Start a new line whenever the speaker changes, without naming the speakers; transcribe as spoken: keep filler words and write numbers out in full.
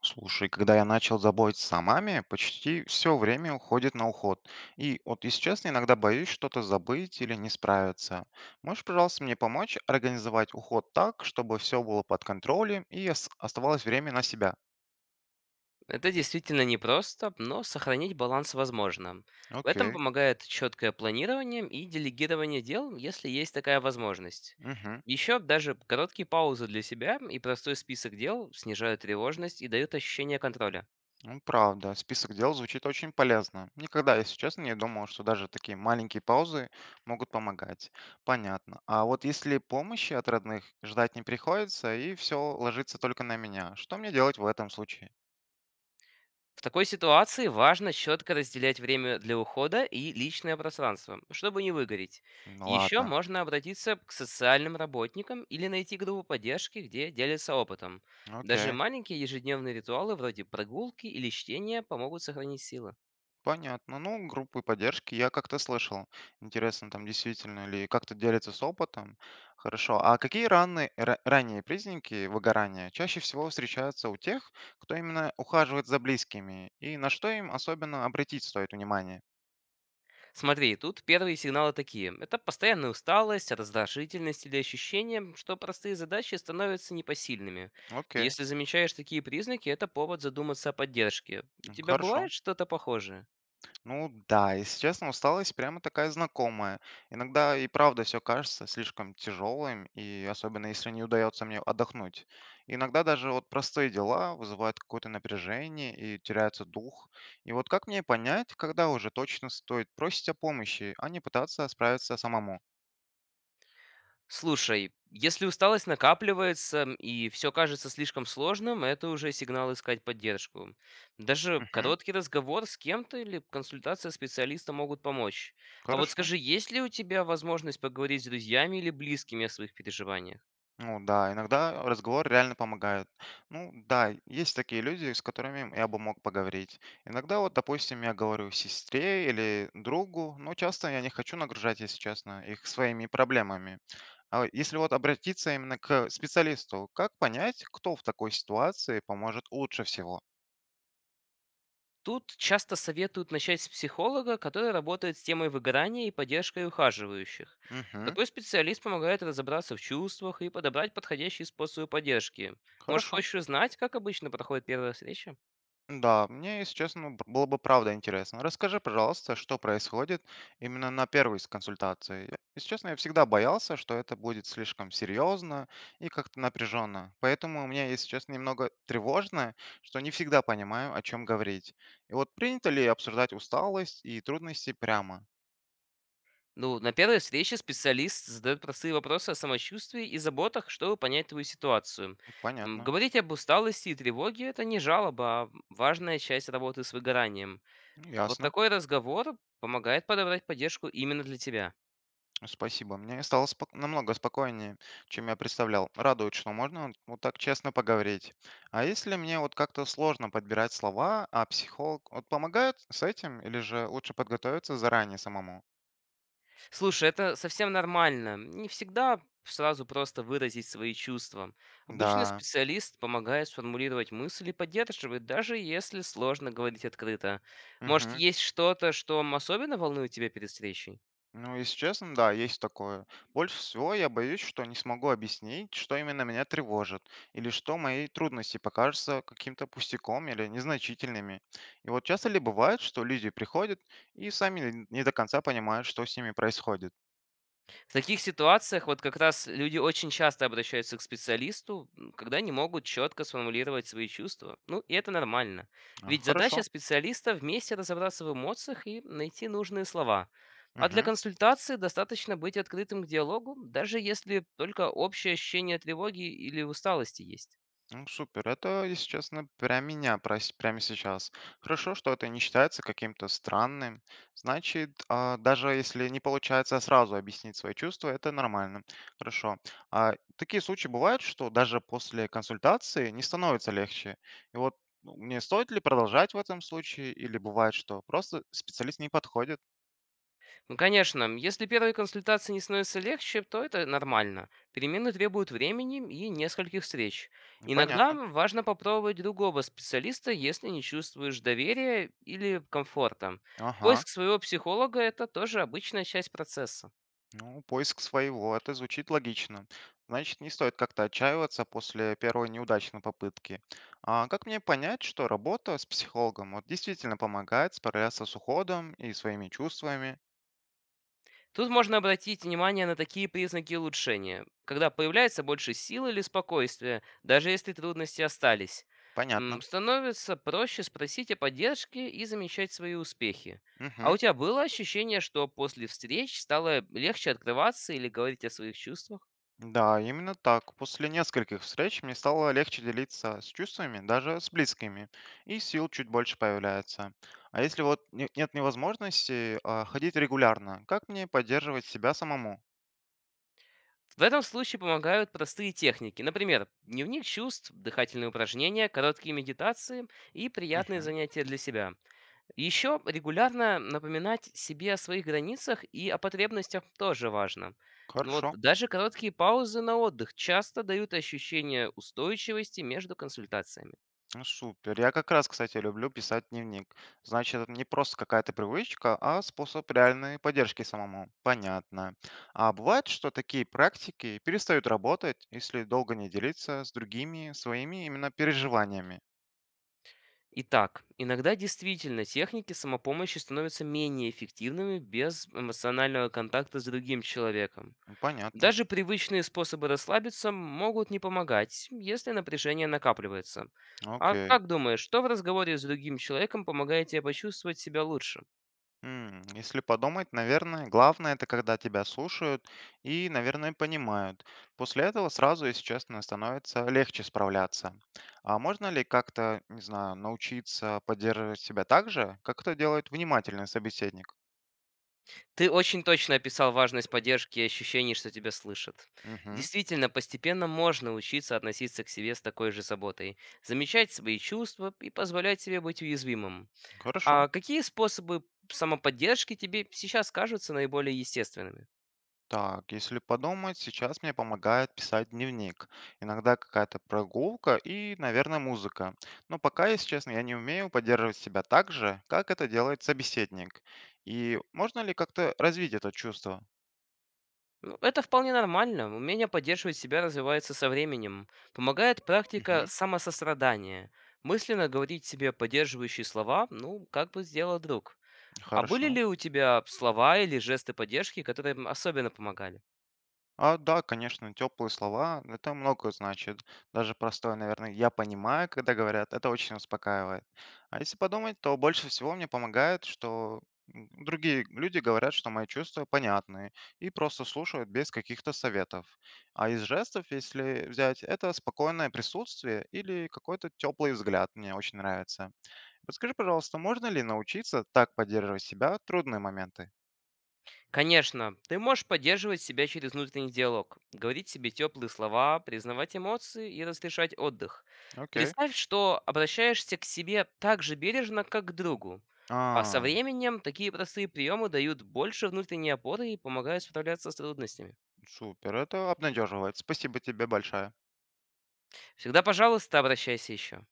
Слушай, когда я начал заботиться о маме, почти все время уходит на уход. И вот, если честно, иногда боюсь что-то забыть или не справиться. Можешь, пожалуйста, мне помочь организовать уход так, чтобы все было под контролем и ос- оставалось время на себя?
Это действительно непросто, но сохранить баланс возможно. В этом
Окей.
помогает четкое планирование и делегирование дел, если есть такая возможность.
Мгм.
Еще даже короткие паузы для себя и простой список дел снижают тревожность и дают ощущение контроля.
Ну, правда, список дел звучит очень полезно. Никогда, если честно, не думал, что даже такие маленькие паузы могут помогать. Понятно. А вот если помощи от родных ждать не приходится, и все ложится только на меня, что мне делать в этом случае?
В такой ситуации важно четко разделять время для ухода и личное пространство, чтобы не выгореть.
М,
Еще
Ладно,
можно обратиться к социальным работникам или найти группу поддержки, где делятся опытом. Даже
окей.
маленькие ежедневные ритуалы вроде прогулки или чтения помогут сохранить силы.
Понятно. Ну, группы поддержки я как-то слышал. Интересно, там действительно ли как-то делится с опытом. Хорошо. А какие раны, ра- ранние признаки выгорания чаще всего встречаются у тех, кто именно ухаживает за близкими? И на что им особенно обратить стоит внимание?
Смотри, тут первые сигналы такие. Это постоянная усталость, раздражительность или ощущение, что простые задачи становятся непосильными.
Окей.
Если замечаешь такие признаки, это повод задуматься о поддержке. У
М,
тебя
Хорошо.
бывает что-то похожее?
Ну да, если честно, усталость прямо такая знакомая. Иногда и правда все кажется слишком тяжелым, и особенно если не удается мне отдохнуть. Иногда даже вот простые дела вызывают какое-то напряжение и теряется дух. И вот как мне понять, когда уже точно стоит просить о помощи, а не пытаться справиться самому?
Слушай, если усталость накапливается м, и все кажется слишком сложным, это уже сигнал искать поддержку. Даже
Угу,
короткий разговор с кем-то или консультация специалиста могут помочь. А вот
хорошо.
скажи, есть ли у тебя возможность поговорить с друзьями или близкими о своих переживаниях?
Ну да, иногда разговор реально помогает. Ну да, есть такие люди, с которыми я бы мог поговорить. Иногда вот, допустим, я говорю сестре или другу, но часто я не хочу нагружать, если честно, их своими проблемами. А если вот обратиться именно к специалисту, как понять, кто в такой ситуации поможет лучше всего?
Тут часто советуют начать с психолога, который работает с темой выгорания и поддержкой ухаживающих.
Угу,
Такой специалист помогает разобраться в чувствах и подобрать подходящие способы поддержки. Может,
хорошо.
хочешь узнать, как обычно проходит первая встреча?
Да, мне, если честно, б- было бы правда интересно. Расскажи, пожалуйста, что происходит именно на первой с консультации. Я- Если честно, я всегда боялся, что это будет слишком серьезно и как-то напряженно. Поэтому у меня, если честно, немного тревожно, что не всегда понимаю, о чем говорить. И вот принято ли обсуждать усталость и трудности прямо?
Ну, на первой встрече специалист задает простые вопросы о самочувствии и заботах, чтобы понять твою ситуацию. М,
Понятно.
Говорить об усталости и тревоге– это не жалоба, а важная часть работы с выгоранием.
Ну,
Вот
ясно.
такой разговор помогает подобрать поддержку именно для тебя.
Спасибо. Мне стало спок- намного спокойнее, чем я представлял. Радует, что можно вот вот так честно поговорить. А если мне вот как-то сложно подбирать слова, а психолог вот помогает с этим, или же лучше подготовиться заранее самому?
Слушай, это совсем нормально. Не всегда сразу просто выразить свои чувства. Обычно
Да.
специалист помогает сформулировать мысли и поддерживает, даже если сложно говорить открыто. Может,
Мгм.
есть что-то, что особенно волнует тебя перед встречей?
Ну, если честно, да, есть такое. Больше всего я боюсь, что не смогу объяснить, что именно меня тревожит, или что мои трудности покажутся каким-то пустяком или незначительными. И вот часто ли бывает, что люди приходят и сами не до конца понимают, что с ними происходит?
В таких ситуациях вот как раз люди очень часто обращаются к специалисту, м, когда не могут четко сформулировать свои чувства. Ну, и это нормально.
А,
Ведь задача
хорошо.
специалиста вместе разобраться в эмоциях и найти нужные слова. А для
Мгм.
консультации достаточно быть открытым к диалогу, даже если только общее ощущение тревоги или усталости есть.
Ну, супер. Это, если честно, прям меня просит прямо сейчас. Хорошо, что это не считается каким-то странным. Значит, а, даже если не получается сразу объяснить свои чувства, это нормально. Хорошо. А такие случаи бывают, что даже после консультации не становится легче. И вот, ну, мне стоит ли продолжать в этом случае, или бывает, что просто специалист не подходит?
Ну, конечно, если первые консультации не становятся легче, то это нормально. Перемены требуют времени и нескольких встреч. Иногда
Непонятно.
важно попробовать другого специалиста, если не чувствуешь доверия или комфорта.
Ага.
Поиск своего психолога– это тоже обычная часть процесса.
Ну, поиск своего, это звучит логично. Значит, не стоит как-то отчаиваться после первой неудачной попытки. А как мне понять, что работа с психологом вот, действительно помогает справляться с уходом и своими чувствами?
Тут можно обратить внимание на такие признаки улучшения, когда появляется больше сил или спокойствия, даже если трудности остались. М,
Понятно.
Становится проще спросить о поддержке и замечать свои успехи. А у
Мгм.
тебя было ощущение, что после встреч стало легче открываться или говорить о своих чувствах?
Да, именно так. После нескольких встреч мне стало легче делиться с чувствами, даже с близкими, и сил чуть больше появляется. А если вот не- нет невозможности а, ходить регулярно, как мне поддерживать себя самому?
В этом случае помогают простые техники, например, дневник чувств, дыхательные упражнения, короткие медитации и приятные
Мгм.
занятия для себя. Еще регулярно напоминать себе о своих границах и о потребностях тоже важно. Ну вот
Хорошо.
даже короткие паузы на отдых часто дают ощущение устойчивости между консультациями.
Ну, супер. Я как раз, кстати, люблю писать дневник. Значит, это не просто какая-то привычка, а способ реальной поддержки самому. Понятно. А бывает, что такие практики перестают работать, если долго не делиться с другими своими именно переживаниями.
Итак, иногда действительно техники самопомощи становятся менее эффективными без эмоционального контакта с другим человеком.
Ну, понятно.
Даже привычные способы расслабиться могут не помогать, если напряжение накапливается. А
Окей.
как думаешь, что в разговоре с другим человеком помогает тебе почувствовать себя лучше?
М, Если подумать, наверное, главное это когда тебя слушают и, наверное, понимают. После этого сразу, если честно, становится легче справляться. А можно ли как-то, не знаю, научиться поддерживать себя так же, как это делает внимательный собеседник?
Ты очень точно описал важность поддержки и ощущений, что тебя слышат.
Угу,
Действительно, постепенно можно учиться относиться к себе с такой же заботой, замечать свои чувства и позволять себе быть уязвимым.
хорошо.
А какие способы самоподдержки тебе сейчас кажутся наиболее естественными?
Так, если подумать, сейчас мне помогает писать дневник. Иногда какая-то прогулка и, наверное, музыка. Но пока, если честно, я не умею поддерживать себя так же, как это делает собеседник. И можно ли как-то развить это чувство?
Ну, это вполне нормально. Умение поддерживать себя развивается со временем. Помогает практика
Угу,
самосострадания. Мысленно говорить себе поддерживающие слова, ну, как бы сделал друг. А были
хорошо.
ли у тебя слова или жесты поддержки, которые м, особенно помогали?
А, да, конечно, теплые слова, это много значит. Даже простое, наверное, «я понимаю», когда говорят, это очень успокаивает. А если подумать, то больше всего мне помогает, что м, другие люди говорят, что мои чувства понятны и просто слушают без каких-то советов. А из жестов, если взять, это спокойное присутствие или какой-то теплый взгляд мне очень нравится. Подскажи, пожалуйста, можно ли научиться так поддерживать себя в трудные моменты?
Конечно, ты можешь поддерживать себя через внутренний диалог, говорить себе теплые слова, признавать эмоции и разрешать отдых.
Окей.
Представь, что обращаешься к себе так же бережно, как к другу. А со
А,
временем такие простые приемы дают больше внутренней опоры и помогают справляться с трудностями.
Супер, это обнадеживает. Спасибо тебе большое.
Всегда, пожалуйста, обращайся еще.